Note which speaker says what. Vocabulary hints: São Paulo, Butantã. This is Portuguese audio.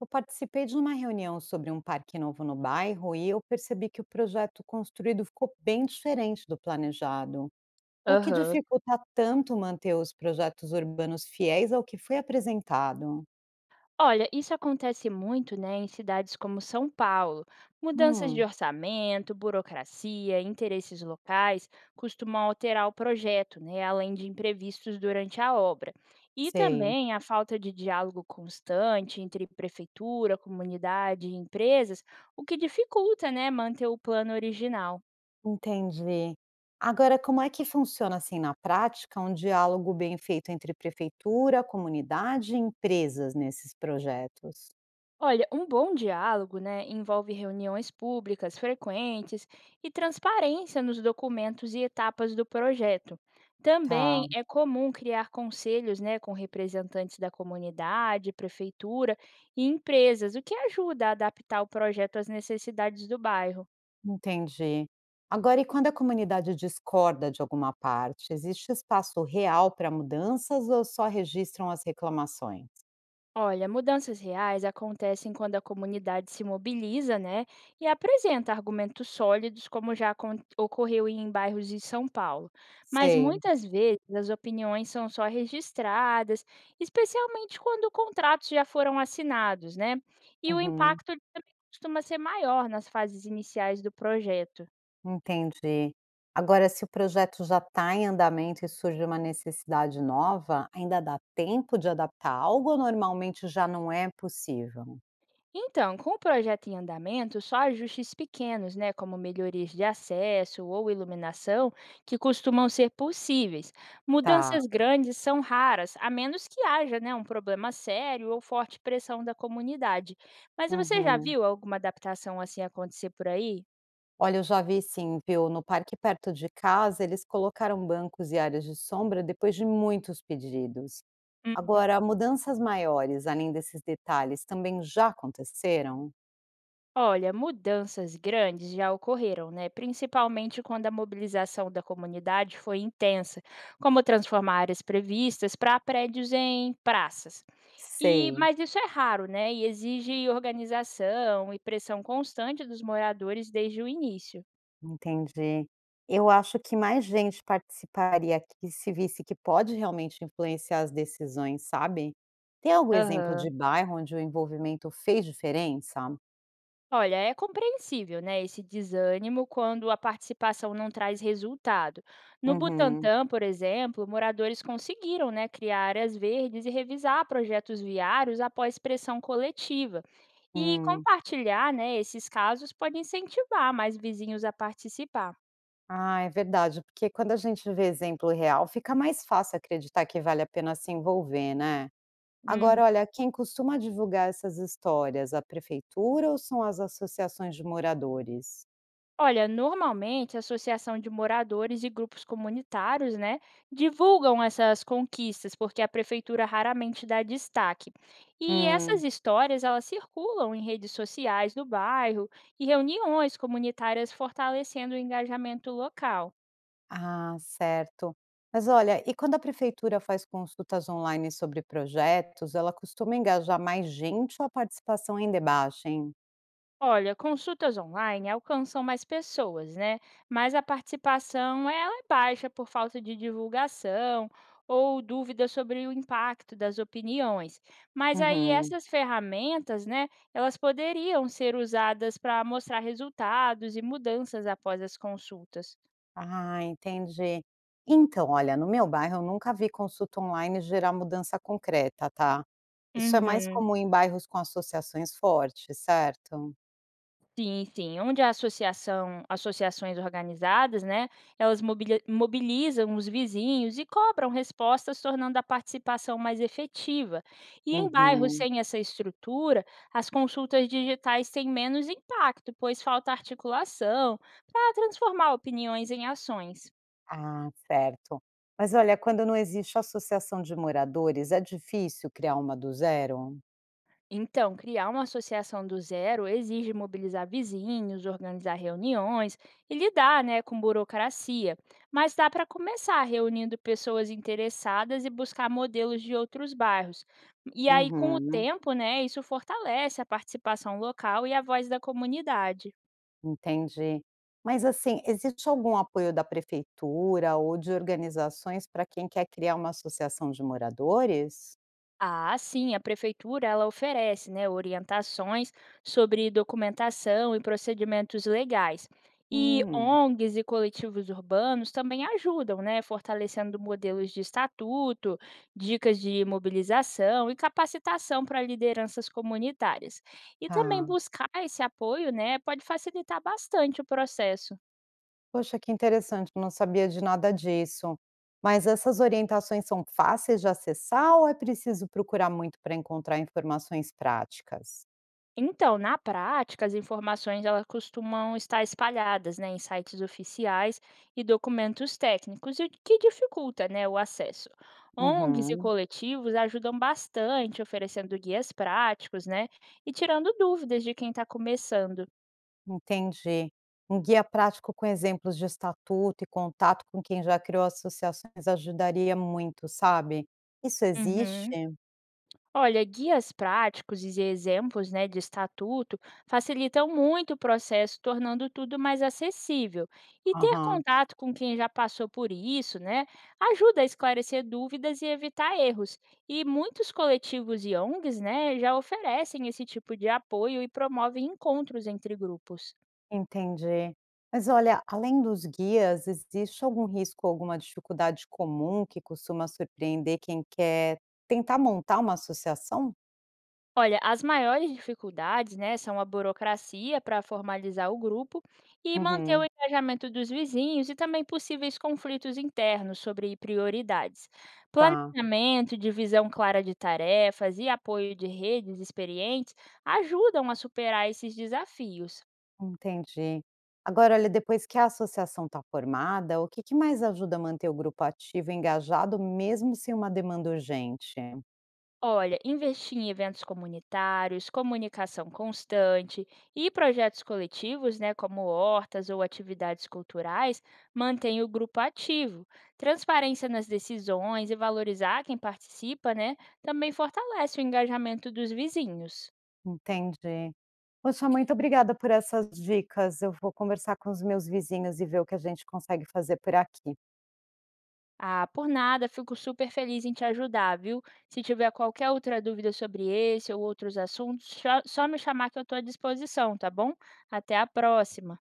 Speaker 1: Eu participei de uma reunião sobre um parque novo no bairro e eu percebi que o projeto construído ficou bem diferente do planejado, o que
Speaker 2: Aham.
Speaker 1: dificulta tanto manter os projetos urbanos fiéis ao que foi apresentado.
Speaker 2: Olha, isso acontece muito, né, em cidades como São Paulo. Mudanças de
Speaker 1: Hum,
Speaker 2: orçamento, burocracia, interesses locais costumam alterar o projeto, né, além de imprevistos durante a obra. E
Speaker 1: sei,
Speaker 2: também a falta de diálogo constante entre prefeitura, comunidade e empresas, o que dificulta, né, manter o plano original.
Speaker 1: entendi. Agora, como é que funciona assim na prática um diálogo bem feito entre prefeitura, comunidade e empresas nesses projetos?
Speaker 2: Olha, um bom diálogo, né, envolve reuniões públicas frequentes e transparência nos documentos e etapas do projeto.
Speaker 1: Tá.
Speaker 2: Também é comum criar conselhos, né, com representantes da comunidade, prefeitura e empresas, o que ajuda a adaptar o projeto às necessidades do bairro.
Speaker 1: Entendi. Agora, e quando a comunidade discorda de alguma parte, existe espaço real para mudanças ou só registram as reclamações?
Speaker 2: Olha, mudanças reais acontecem quando a comunidade se mobiliza, né, e apresenta argumentos sólidos, como ocorreu em bairros de São Paulo. Mas
Speaker 1: Sei.
Speaker 2: muitas vezes as opiniões são só registradas, especialmente quando contratos já foram assinados, né? E o
Speaker 1: Uhum,
Speaker 2: impacto também costuma ser maior nas fases iniciais do projeto.
Speaker 1: entendi. Agora, se o projeto já está em andamento e surge uma necessidade nova, ainda dá tempo de adaptar algo ou normalmente já não é possível?
Speaker 2: Então, com o projeto em andamento, só ajustes pequenos, né, como melhorias de acesso ou iluminação, que costumam ser possíveis.
Speaker 1: Tá.
Speaker 2: Mudanças grandes são raras, a menos que haja, né, um problema sério ou forte pressão da comunidade. Mas você já
Speaker 1: Uhum.
Speaker 2: viu alguma adaptação assim acontecer por aí?
Speaker 1: Olha, eu já vi sim, viu? No parque perto de casa, eles colocaram bancos e áreas de sombra depois de muitos pedidos.
Speaker 2: Uhum.
Speaker 1: Agora, mudanças maiores, além desses detalhes, também já aconteceram?
Speaker 2: Olha, mudanças grandes já ocorreram, né? Principalmente quando a mobilização da comunidade foi intensa, como transformar áreas previstas para prédios em praças. E
Speaker 1: Sei,
Speaker 2: mas isso é raro, né, e exige organização e pressão constante dos moradores desde o início.
Speaker 1: entendi. Eu acho que mais gente participaria aqui se visse que pode realmente influenciar as decisões, sabe? Tem algum exemplo de
Speaker 2: Aham.
Speaker 1: bairro onde o envolvimento fez diferença?
Speaker 2: Olha, é compreensível, né, esse desânimo quando a participação não traz resultado. No
Speaker 1: Uhum.
Speaker 2: Butantã, por exemplo, moradores conseguiram, né, criar áreas verdes e revisar projetos viários após pressão coletiva. E
Speaker 1: Hum.
Speaker 2: compartilhar, né, esses casos pode incentivar mais vizinhos a participar.
Speaker 1: Ah, é verdade, porque quando a gente vê exemplo real, fica mais fácil acreditar que vale a pena se envolver, né? Agora, olha, quem costuma divulgar essas histórias, a prefeitura ou são as associações de moradores?
Speaker 2: Olha, normalmente a associação de moradores e grupos comunitários, né, divulgam essas conquistas, porque a prefeitura raramente dá destaque. E essas
Speaker 1: Hum.
Speaker 2: histórias, elas circulam em redes sociais do bairro e reuniões comunitárias fortalecendo o engajamento local.
Speaker 1: Ah, certo. Mas olha, e quando a prefeitura faz consultas online sobre projetos, ela costuma engajar mais gente ou a participação ainda é baixa, hein?
Speaker 2: Olha, consultas online alcançam mais pessoas, né? Mas a participação ela é baixa por falta de divulgação ou dúvidas sobre o impacto das opiniões. Mas aí
Speaker 1: Uhum.
Speaker 2: essas ferramentas, né, elas poderiam ser usadas para mostrar resultados e mudanças após as consultas.
Speaker 1: Ah, entendi. Então, olha, no meu bairro eu nunca vi consulta online gerar mudança concreta, tá? Isso é mais
Speaker 2: Uhum.
Speaker 1: comum em bairros com associações fortes, certo?
Speaker 2: Sim, sim. Onde a associação associações organizadas, né, elas mobilizam os vizinhos e cobram respostas, tornando a participação mais efetiva. E em bairros
Speaker 1: Uhum.
Speaker 2: sem essa estrutura, as consultas digitais têm menos impacto, pois falta articulação para transformar opiniões em ações.
Speaker 1: Ah, certo. Mas olha, quando não existe associação de moradores, é difícil criar uma do zero?
Speaker 2: Então, criar uma associação do zero exige mobilizar vizinhos, organizar reuniões e lidar, né, com burocracia. Mas dá para começar reunindo pessoas interessadas e buscar modelos de outros bairros. E aí, com o
Speaker 1: Uhum,
Speaker 2: tempo, né, isso fortalece a participação local e a voz da comunidade.
Speaker 1: entendi. Mas assim, existe algum apoio da prefeitura ou de organizações para quem quer criar uma associação de moradores?
Speaker 2: Ah, sim, a prefeitura ela oferece, né, orientações sobre documentação e procedimentos legais. E
Speaker 1: Hum,
Speaker 2: ONGs e coletivos urbanos também ajudam, né, fortalecendo modelos de estatuto, dicas de mobilização e capacitação para lideranças comunitárias. E também
Speaker 1: tá.
Speaker 2: buscar esse apoio, né, pode facilitar bastante o processo.
Speaker 1: Poxa, que interessante, não sabia de nada disso. Mas essas orientações são fáceis de acessar ou é preciso procurar muito para encontrar informações práticas?
Speaker 2: Então, na prática, as informações elas costumam estar espalhadas, né, em sites oficiais e documentos técnicos, e que dificulta, né, o acesso. ONGs e
Speaker 1: Uhum.
Speaker 2: coletivos ajudam bastante, oferecendo guias práticos, né, e tirando dúvidas de quem está começando.
Speaker 1: Entendi. Um guia prático com exemplos de estatuto e contato com quem já criou associações ajudaria muito, sabe. Isso existe?
Speaker 2: Uhum. Olha, guias práticos e exemplos, né, de estatuto facilitam muito o processo, tornando tudo mais acessível. E ter
Speaker 1: Aham,
Speaker 2: contato com quem já passou por isso, né, ajuda a esclarecer dúvidas e evitar erros. E muitos coletivos e ONGs, né, já oferecem esse tipo de apoio e promovem encontros entre grupos.
Speaker 1: entendi. Mas olha, além dos guias, existe algum risco, alguma dificuldade comum que costuma surpreender quem quer tentar montar uma associação?
Speaker 2: Olha, as maiores dificuldades, né, são a burocracia para formalizar o grupo e manter o
Speaker 1: Uhum,
Speaker 2: engajamento dos vizinhos e também possíveis conflitos internos sobre prioridades.
Speaker 1: tá.
Speaker 2: Planejamento, divisão clara de tarefas e apoio de redes experientes ajudam a superar esses desafios.
Speaker 1: Entendi. Agora, olha, depois que a associação está formada, o que que mais ajuda a manter o grupo ativo e engajado, mesmo sem uma demanda urgente?
Speaker 2: Olha, investir em eventos comunitários, comunicação constante e projetos coletivos, né, como hortas ou atividades culturais, mantém o grupo ativo. Transparência nas decisões e valorizar quem participa, né, também fortalece o engajamento dos vizinhos.
Speaker 1: Entendi. Poxa, muito obrigada por essas dicas. Eu vou conversar com os meus vizinhos e ver o que a gente consegue fazer por aqui.
Speaker 2: Ah, por nada, fico super feliz em te ajudar, viu? Se tiver qualquer outra dúvida sobre esse ou outros assuntos, só me chamar que eu estou à disposição, tá bom? Até a próxima!